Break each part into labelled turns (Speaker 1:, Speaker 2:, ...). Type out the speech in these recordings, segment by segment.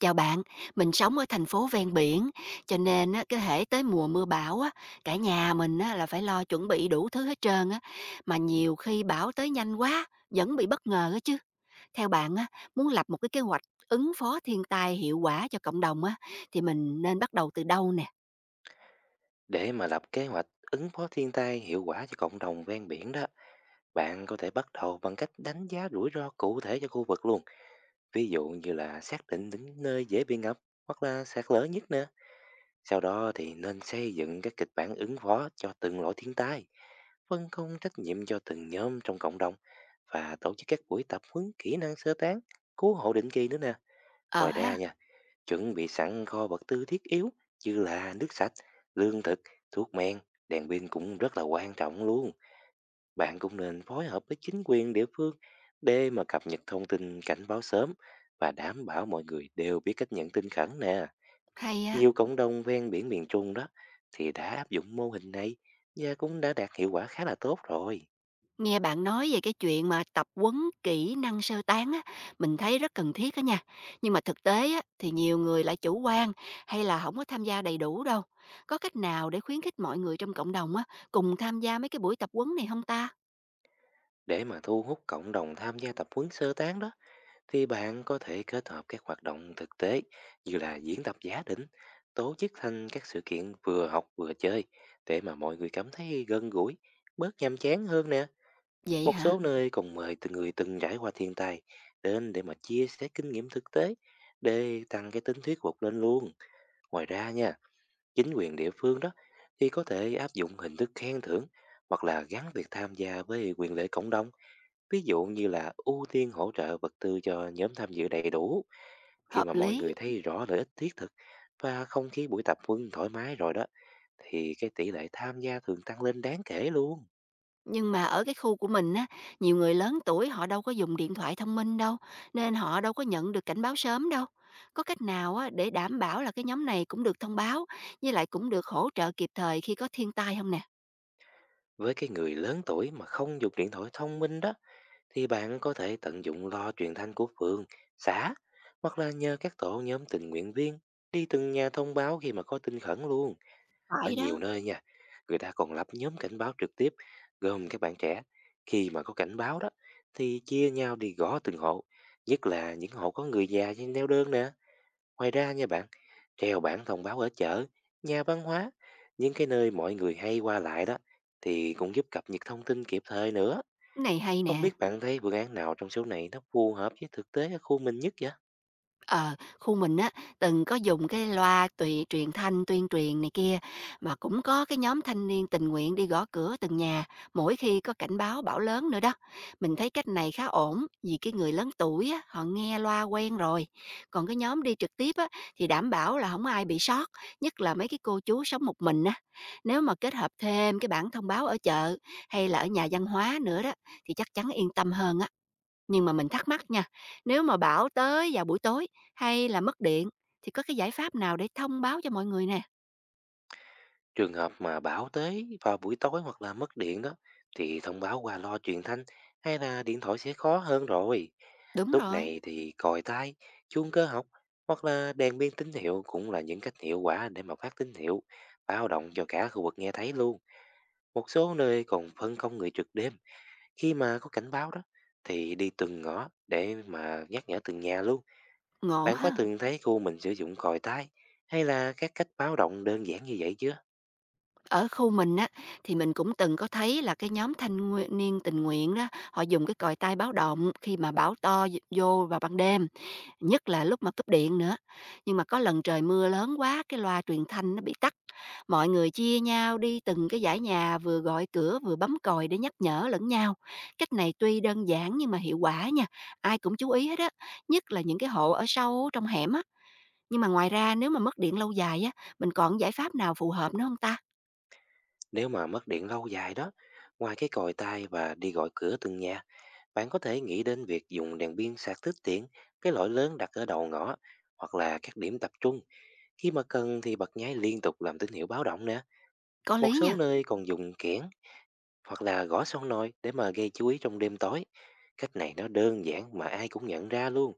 Speaker 1: Chào bạn, mình sống ở thành phố ven biển, cho nên á, cái hễ tới mùa mưa bão á, cả nhà mình á, là phải lo chuẩn bị đủ thứ hết trơn á, mà nhiều khi bão tới nhanh quá, vẫn bị bất ngờ á chứ. Theo bạn á, muốn lập một cái kế hoạch ứng phó thiên tai hiệu quả cho cộng đồng á, thì mình nên bắt đầu từ đâu nè?
Speaker 2: Để mà lập kế hoạch ứng phó thiên tai hiệu quả cho cộng đồng ven biển đó, bạn có thể bắt đầu bằng cách đánh giá rủi ro cụ thể cho khu vực luôn. Ví dụ như là xác định những nơi dễ bị ngập hoặc là sạt lở nhất nè. Sau đó thì nên xây dựng các kịch bản ứng phó cho từng loại thiên tai, phân công trách nhiệm cho từng nhóm trong cộng đồng và tổ chức các buổi tập huấn kỹ năng sơ tán, cứu hộ định kỳ nữa nè.
Speaker 1: Ờ
Speaker 2: Ngoài ra
Speaker 1: ha,
Speaker 2: nha, chuẩn bị sẵn kho vật tư thiết yếu như là nước sạch, lương thực, thuốc men, đèn pin cũng rất là quan trọng luôn. Bạn cũng nên phối hợp với chính quyền địa phương để mà cập nhật thông tin cảnh báo sớm và đảm bảo mọi người đều biết cách nhận tin khẩn nè.
Speaker 1: hay á.
Speaker 2: Nhiều cộng đồng ven biển miền Trung đó thì đã áp dụng mô hình này và cũng đã đạt hiệu quả khá là tốt rồi.
Speaker 1: Nghe bạn nói về cái chuyện mà tập huấn kỹ năng sơ tán á, mình thấy rất cần thiết á nha. Nhưng mà thực tế á, thì nhiều người lại chủ quan hay là không có tham gia đầy đủ đâu. Có cách nào để khuyến khích mọi người trong cộng đồng á, cùng tham gia mấy cái buổi tập huấn này không ta?
Speaker 2: Để mà thu hút cộng đồng tham gia tập huấn sơ tán đó thì bạn có thể kết hợp các hoạt động thực tế như là diễn tập giả định, tổ chức thành các sự kiện vừa học vừa chơi để mà mọi người cảm thấy gần gũi, bớt nhàm chán hơn nè.
Speaker 1: Vậy
Speaker 2: Một số
Speaker 1: hả?
Speaker 2: nơi còn mời từng người từng trải qua thiên tai đến để mà chia sẻ kinh nghiệm thực tế để tăng cái tính thuyết phục lên luôn. Ngoài ra nha, chính quyền địa phương đó thì có thể áp dụng hình thức khen thưởng hoặc là gắn việc tham gia với quyền lợi cộng đồng, ví dụ như là ưu tiên hỗ trợ vật tư cho nhóm tham dự đầy đủ. Khi mà
Speaker 1: Hợp
Speaker 2: mọi
Speaker 1: lý.
Speaker 2: người thấy rõ lợi ích thiết thực và không khí buổi tập huấn thoải mái rồi đó, thì cái tỷ lệ tham gia thường tăng lên đáng kể luôn.
Speaker 1: Nhưng mà ở cái khu của mình á, nhiều người lớn tuổi họ đâu có dùng điện thoại thông minh đâu, nên họ đâu có nhận được cảnh báo sớm đâu. Có cách nào á, để đảm bảo là cái nhóm này cũng được thông báo, với lại cũng được hỗ trợ kịp thời khi có thiên tai không nè?
Speaker 2: Với cái người lớn tuổi mà không dùng điện thoại thông minh đó, thì bạn có thể tận dụng lo truyền thanh của phường, xã, hoặc là nhờ các tổ nhóm tình nguyện viên đi từng nhà thông báo khi mà có tin khẩn luôn. Ở
Speaker 1: Phải
Speaker 2: nhiều
Speaker 1: đó,
Speaker 2: nơi nha, người ta còn lập nhóm cảnh báo trực tiếp, gồm các bạn trẻ. Khi mà có cảnh báo đó, thì chia nhau đi gõ từng hộ, nhất là những hộ có người già neo đơn nè. Ngoài ra nha bạn, treo bảng thông báo ở chợ, nhà văn hóa, những cái nơi mọi người hay qua lại đó thì cũng giúp cập nhật thông tin kịp thời nữa.
Speaker 1: cái này hay
Speaker 2: Không
Speaker 1: nè.
Speaker 2: biết bạn thấy phương án nào trong số này nó phù hợp với thực tế ở khu mình nhất vậy?
Speaker 1: Ờ, khu mình á từng có dùng cái loa tùy truyền thanh tuyên truyền này kia, mà cũng có cái nhóm thanh niên tình nguyện đi gõ cửa từng nhà mỗi khi có cảnh báo bão lớn nữa đó. Mình thấy cách này khá ổn, vì cái người lớn tuổi á họ nghe loa quen rồi. Còn cái nhóm đi trực tiếp á thì đảm bảo là không ai bị sót, nhất là mấy cái cô chú sống một mình á. Nếu mà kết hợp thêm cái bản thông báo ở chợ hay là ở nhà văn hóa nữa đó thì chắc chắn yên tâm hơn á. Nhưng mà mình thắc mắc nha, nếu mà bão tới vào buổi tối hay là mất điện thì có cái giải pháp nào để thông báo cho mọi người nè?
Speaker 2: Trường hợp mà bão tới vào buổi tối hoặc là mất điện đó thì thông báo qua loa truyền thanh hay là điện thoại sẽ khó hơn rồi.
Speaker 1: Đúng
Speaker 2: Lúc
Speaker 1: rồi,
Speaker 2: này thì còi tai, chuông cơ học hoặc là đèn biên tín hiệu cũng là những cách hiệu quả để mà phát tín hiệu báo động cho cả khu vực nghe thấy luôn. Một số nơi còn phân công người trực đêm khi mà có cảnh báo đó thì đi từng ngõ để mà nhắc nhở từng nhà luôn.
Speaker 1: ngộ
Speaker 2: Bạn có
Speaker 1: ha.
Speaker 2: từng thấy khu mình sử dụng còi tai hay là các cách báo động đơn giản như vậy chưa?
Speaker 1: Ở khu mình á thì mình cũng từng có thấy là cái nhóm thanh niên tình nguyện đó, họ dùng cái còi tai báo động khi mà bão to d- vô vào ban đêm, nhất là lúc mà cúp điện nữa. Nhưng mà có lần trời mưa lớn quá cái loa truyền thanh nó bị tắt. Mọi người chia nhau đi từng cái dãy nhà vừa gọi cửa vừa bấm còi để nhắc nhở lẫn nhau. Cách này tuy đơn giản nhưng mà hiệu quả nha, ai cũng chú ý hết á, nhất là những cái hộ ở sâu trong hẻm á. Nhưng mà ngoài ra nếu mà mất điện lâu dài á, mình còn giải pháp nào phù hợp nữa không ta?
Speaker 2: Nếu mà mất điện lâu dài đó, ngoài cái còi tai và đi gọi cửa từng nhà, bạn có thể nghĩ đến việc dùng đèn pin sạc tiết tiện, cái loại lớn đặt ở đầu ngõ hoặc là các điểm tập trung. Khi mà cần thì bật nháy liên tục làm tín hiệu báo động nè.
Speaker 1: Có
Speaker 2: Một
Speaker 1: lý
Speaker 2: số
Speaker 1: nha,
Speaker 2: nơi còn dùng kẽn hoặc là gõ son nồi để mà gây chú ý trong đêm tối. Cách này nó đơn giản mà ai cũng nhận ra luôn.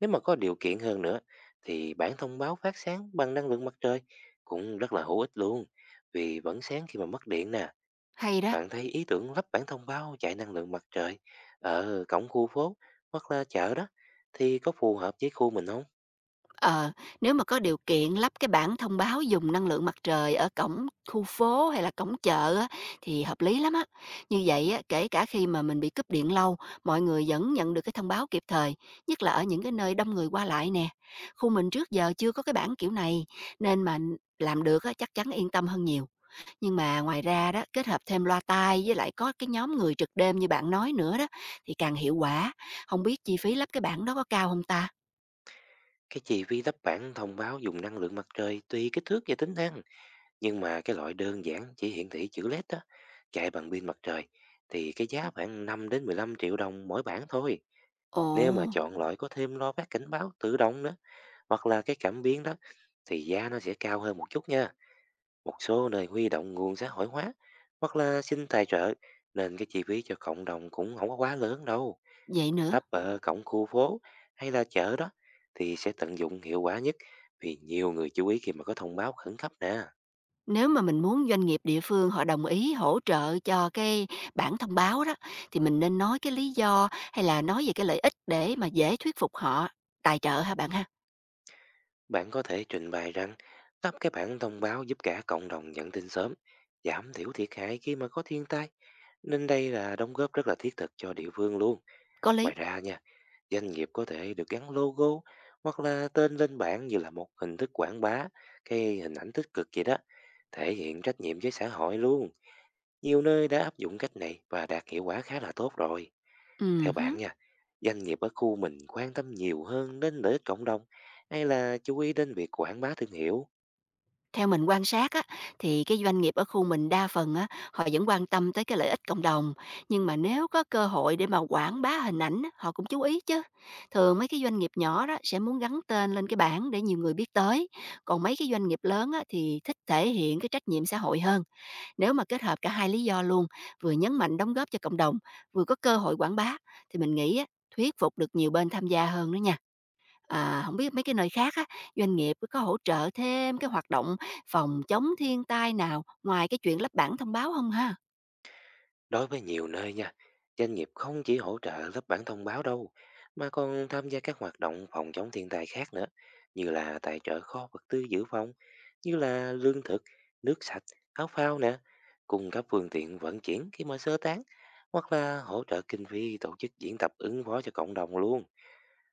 Speaker 2: Nếu mà có điều kiện hơn nữa thì bản thông báo phát sáng bằng năng lượng mặt trời cũng rất là hữu ích luôn. Vì vẫn sáng khi mà mất điện nè,
Speaker 1: hay đó.
Speaker 2: bạn thấy ý tưởng lắp bản thông báo chạy năng lượng mặt trời ở cổng khu phố hoặc là chợ đó thì có phù hợp với khu mình không?
Speaker 1: Ờ, nếu mà có điều kiện lắp cái bảng thông báo dùng năng lượng mặt trời ở cổng khu phố hay là cổng chợ á, thì hợp lý lắm á. Như vậy á, kể cả khi mà mình bị cúp điện lâu, mọi người vẫn nhận được cái thông báo kịp thời, nhất là ở những cái nơi đông người qua lại nè. Khu mình trước giờ chưa có cái bảng kiểu này, nên mà làm được á, chắc chắn yên tâm hơn nhiều. Nhưng mà ngoài ra đó, kết hợp thêm loa tai với lại có cái nhóm người trực đêm như bạn nói nữa đó, thì càng hiệu quả. Không biết chi phí lắp cái bảng đó có cao không ta?
Speaker 2: Cái chi phí lắp bản thông báo dùng năng lượng mặt trời tùy kích thước và tính năng. Nhưng mà cái loại đơn giản chỉ hiển thị chữ LED đó, chạy bằng pin mặt trời thì cái giá khoảng 5 đến 15 triệu đồng mỗi bản thôi.
Speaker 1: Ồ,
Speaker 2: Nếu mà chọn loại có thêm loa phát cảnh báo tự động nữa hoặc là cái cảm biến đó thì giá nó sẽ cao hơn một chút nha. Một số nơi huy động nguồn xã hội hóa hoặc là xin tài trợ nên cái chi phí cho cộng đồng cũng không có quá lớn đâu.
Speaker 1: vậy nữa.
Speaker 2: Lắp ở cổng khu phố hay là chợ đó thì sẽ tận dụng hiệu quả nhất vì nhiều người chú ý khi mà có thông báo khẩn cấp nè.
Speaker 1: Nếu mà mình muốn doanh nghiệp địa phương họ đồng ý hỗ trợ cho cái bản thông báo đó, thì mình nên nói cái lý do hay là nói về cái lợi ích để mà dễ thuyết phục họ tài trợ hả bạn ha?
Speaker 2: Bạn có thể trình bày rằng tắp cái bản thông báo giúp cả cộng đồng nhận tin sớm, giảm thiểu thiệt hại khi mà có thiên tai. Nên đây là đóng góp rất là thiết thực cho địa phương luôn.
Speaker 1: Có lý.
Speaker 2: Ngoài ra nha, doanh nghiệp có thể được gắn logo hoặc là tên lên bảng như là một hình thức quảng bá, cái hình ảnh tích cực vậy đó, thể hiện trách nhiệm với xã hội luôn. Nhiều nơi đã áp dụng cách này và đạt hiệu quả khá là tốt rồi. Theo bạn
Speaker 1: Hứm.
Speaker 2: nha, doanh nghiệp ở khu mình quan tâm nhiều hơn đến lợi ích cộng đồng hay là chú ý đến việc quảng bá thương hiệu?
Speaker 1: Theo mình quan sát á, thì cái doanh nghiệp ở khu mình đa phần á, họ vẫn quan tâm tới cái lợi ích cộng đồng. Nhưng mà nếu có cơ hội để mà quảng bá hình ảnh á, họ cũng chú ý chứ. Thường mấy cái doanh nghiệp nhỏ đó sẽ muốn gắn tên lên cái bảng để nhiều người biết tới. Còn mấy cái doanh nghiệp lớn á, thì thích thể hiện cái trách nhiệm xã hội hơn. Nếu mà kết hợp cả hai lý do luôn, vừa nhấn mạnh đóng góp cho cộng đồng, vừa có cơ hội quảng bá, thì mình nghĩ á, thuyết phục được nhiều bên tham gia hơn nữa nha. À, không biết mấy cái nơi khác á, doanh nghiệp có hỗ trợ thêm cái hoạt động phòng chống thiên tai nào ngoài cái chuyện lắp bảng thông báo không ha?
Speaker 2: Đối với nhiều nơi nha, doanh nghiệp không chỉ hỗ trợ lớp bản thông báo đâu, mà còn tham gia các hoạt động phòng chống thiên tai khác nữa, như là tài trợ kho vật tư dự phòng, như là lương thực, nước sạch, áo phao nè, cung cấp phương tiện vận chuyển khi mà sơ tán, hoặc là hỗ trợ kinh phí tổ chức diễn tập ứng phó cho cộng đồng luôn.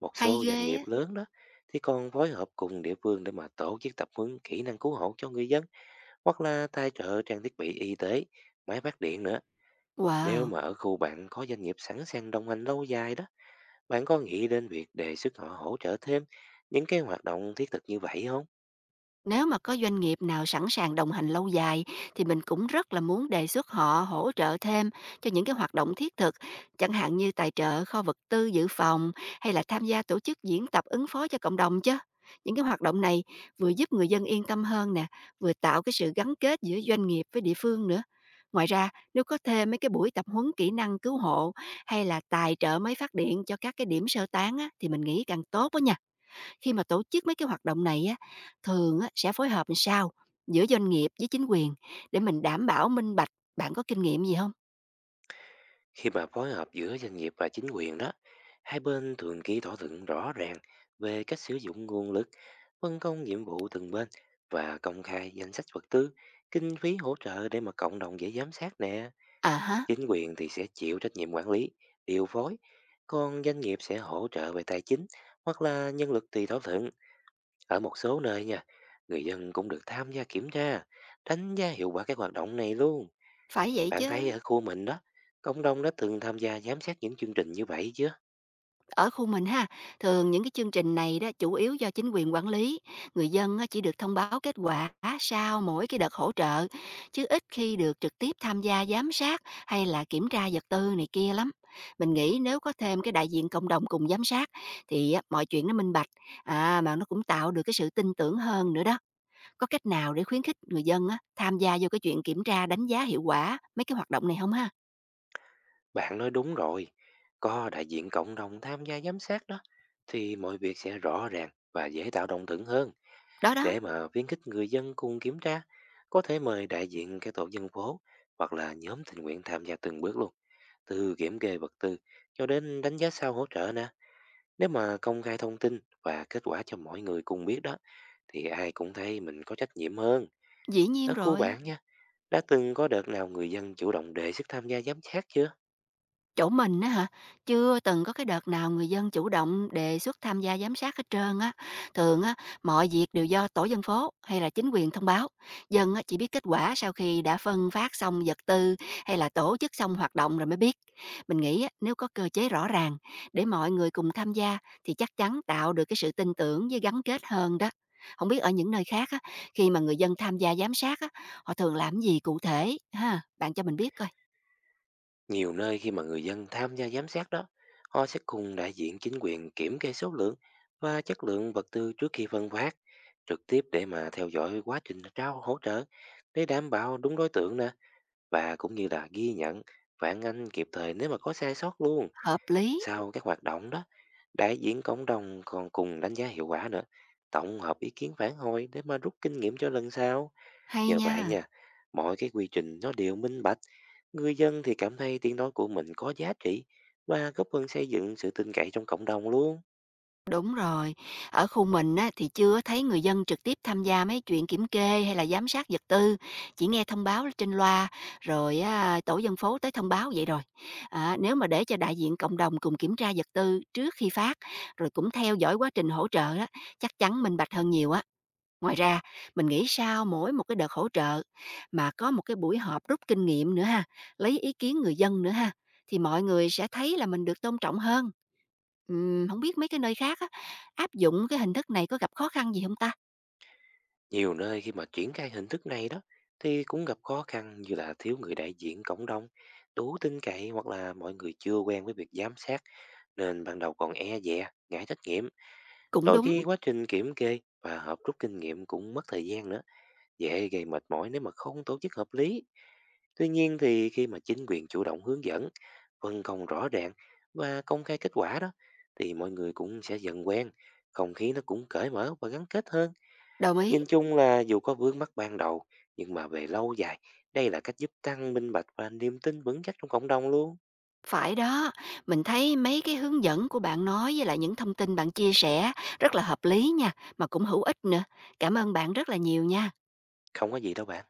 Speaker 2: Một
Speaker 1: Hay
Speaker 2: số
Speaker 1: ghê
Speaker 2: doanh nghiệp
Speaker 1: á.
Speaker 2: lớn đó thì còn phối hợp cùng địa phương để mà tổ chức tập huấn kỹ năng cứu hộ cho người dân, hoặc là tài trợ trang thiết bị y tế, máy phát điện nữa. Nếu mà
Speaker 1: Wow!
Speaker 2: ở khu bạn có doanh nghiệp sẵn sàng đồng hành lâu dài đó, bạn có nghĩ đến việc đề xuất họ hỗ trợ thêm những cái hoạt động thiết thực như vậy không?
Speaker 1: Nếu mà có doanh nghiệp nào sẵn sàng đồng hành lâu dài thì mình cũng rất là muốn đề xuất họ hỗ trợ thêm cho những cái hoạt động thiết thực, chẳng hạn như tài trợ kho vật tư dự phòng hay là tham gia tổ chức diễn tập ứng phó cho cộng đồng chứ. Những cái hoạt động này vừa giúp người dân yên tâm hơn nè, vừa tạo cái sự gắn kết giữa doanh nghiệp với địa phương nữa. Ngoài ra, nếu có thêm mấy cái buổi tập huấn kỹ năng cứu hộ hay là tài trợ máy phát điện cho các cái điểm sơ tán á, thì mình nghĩ càng tốt đó nha. Khi mà tổ chức mấy cái hoạt động này á, thường á sẽ phối hợp làm sao giữa doanh nghiệp với chính quyền để mình đảm bảo minh bạch? Bạn có kinh nghiệm gì không?
Speaker 2: Khi mà phối hợp giữa doanh nghiệp và chính quyền đó, hai bên thường ký thỏa thuận rõ ràng về cách sử dụng nguồn lực, phân công nhiệm vụ từng bên và công khai danh sách vật tư, kinh phí hỗ trợ để mà cộng đồng dễ giám sát nè.
Speaker 1: À hả.
Speaker 2: Chính quyền thì sẽ chịu trách nhiệm quản lý, điều phối, còn doanh nghiệp sẽ hỗ trợ về tài chính hoặc là nhân lực tùy thỏa thuận. Ở một số nơi nha, người dân cũng được tham gia kiểm tra, đánh giá hiệu quả các hoạt động này luôn.
Speaker 1: Phải vậy
Speaker 2: Bạn thấy
Speaker 1: chứ.
Speaker 2: ở khu mình đó, cộng đồng đã từng tham gia giám sát những chương trình như vậy chứ?
Speaker 1: Ở khu mình ha, thường những cái chương trình này đó chủ yếu do chính quyền quản lý, người dân á, chỉ được thông báo kết quả sau mỗi cái đợt hỗ trợ, chứ ít khi được trực tiếp tham gia giám sát hay là kiểm tra vật tư này kia lắm. Mình nghĩ nếu có thêm cái đại diện cộng đồng cùng giám sát thì á, mọi chuyện nó minh bạch, à mà nó cũng tạo được cái sự tin tưởng hơn nữa đó. Có cách nào để khuyến khích người dân á, tham gia vô cái chuyện kiểm tra đánh giá hiệu quả mấy cái hoạt động này không ha?
Speaker 2: Bạn nói đúng rồi, có đại diện cộng đồng tham gia giám sát đó, thì mọi việc sẽ rõ ràng và dễ tạo đồng thuận hơn.
Speaker 1: Đó đó,
Speaker 2: Để mà khuyến khích người dân cùng kiểm tra, có thể mời đại diện các tổ dân phố hoặc là nhóm tình nguyện tham gia từng bước luôn, từ kiểm kê vật tư cho đến đánh giá sau hỗ trợ nè. Nếu mà công khai thông tin và kết quả cho mọi người cùng biết đó thì ai cũng thấy mình có trách nhiệm hơn.
Speaker 1: dĩ
Speaker 2: Ở
Speaker 1: nhiên
Speaker 2: khu
Speaker 1: rồi.
Speaker 2: bản nha, đã từng có đợt nào người dân chủ động đề xuất tham gia giám sát chưa?
Speaker 1: Chỗ mình á hả? Chưa từng có cái đợt nào người dân chủ động đề xuất tham gia giám sát hết trơn á. Thường á, mọi việc đều do tổ dân phố hay là chính quyền thông báo. Dân á, chỉ biết kết quả sau khi đã phân phát xong vật tư hay là tổ chức xong hoạt động rồi mới biết. Mình nghĩ á, nếu có cơ chế rõ ràng để mọi người cùng tham gia thì chắc chắn tạo được cái sự tin tưởng với gắn kết hơn đó. Không biết ở những nơi khác á, khi mà người dân tham gia giám sát á, họ thường làm gì cụ thể ha? Bạn cho mình biết coi.
Speaker 2: Nhiều nơi khi mà người dân tham gia giám sát đó, họ sẽ cùng đại diện chính quyền kiểm kê số lượng và chất lượng vật tư trước khi phân phát, trực tiếp để mà theo dõi quá trình trao hỗ trợ để đảm bảo đúng đối tượng nè, và cũng như là ghi nhận phản ánh kịp thời nếu mà có sai sót luôn.
Speaker 1: Hợp lý,
Speaker 2: Sau các hoạt động đó, đại diện cộng đồng còn cùng đánh giá hiệu quả nữa, tổng hợp ý kiến phản hồi để mà rút kinh nghiệm cho lần sau.
Speaker 1: hay
Speaker 2: Nhờ vậy
Speaker 1: nha.
Speaker 2: nha, mọi cái quy trình nó đều minh bạch, người dân thì cảm thấy tiếng nói của mình có giá trị và góp phần xây dựng sự tin cậy trong cộng đồng luôn.
Speaker 1: Đúng rồi, ở khu mình á, thì chưa thấy người dân trực tiếp tham gia mấy chuyện kiểm kê hay là giám sát vật tư, chỉ nghe thông báo trên loa rồi á, tổ dân phố tới thông báo vậy rồi. À, nếu mà để cho đại diện cộng đồng cùng kiểm tra vật tư trước khi phát, rồi cũng theo dõi quá trình hỗ trợ á, chắc chắn minh bạch hơn nhiều á. Ngoài ra, mình nghĩ sau mỗi một cái đợt hỗ trợ mà có một cái buổi họp rút kinh nghiệm nữa ha, lấy ý kiến người dân nữa ha, thì mọi người sẽ thấy là mình được tôn trọng hơn. Không biết mấy cái nơi khác á, áp dụng cái hình thức này có gặp khó khăn gì không ta?
Speaker 2: Nhiều nơi khi mà triển khai hình thức này đó thì cũng gặp khó khăn như là thiếu người đại diện cộng đồng, đủ tin cậy hoặc là mọi người chưa quen với việc giám sát nên ban đầu còn e dè, ngại trách nhiệm.
Speaker 1: Cũng
Speaker 2: Đôi
Speaker 1: đúng,
Speaker 2: khi quá trình kiểm kê và hợp rút kinh nghiệm cũng mất thời gian nữa, dễ gây mệt mỏi nếu mà không tổ chức hợp lý. Tuy nhiên thì khi mà chính quyền chủ động hướng dẫn, phân công rõ ràng và công khai kết quả đó, thì mọi người cũng sẽ dần quen, không khí nó cũng cởi mở và gắn kết hơn.
Speaker 1: đồng ý.
Speaker 2: Nhìn chung là dù có vướng mắc ban đầu, nhưng mà về lâu dài, đây là cách giúp tăng minh bạch và niềm tin vững chắc trong cộng đồng luôn.
Speaker 1: Phải đó, mình thấy mấy cái hướng dẫn của bạn nói với lại những thông tin bạn chia sẻ rất là hợp lý nha, mà cũng hữu ích nữa. Cảm ơn bạn rất là nhiều nha.
Speaker 2: Không có gì đâu bạn.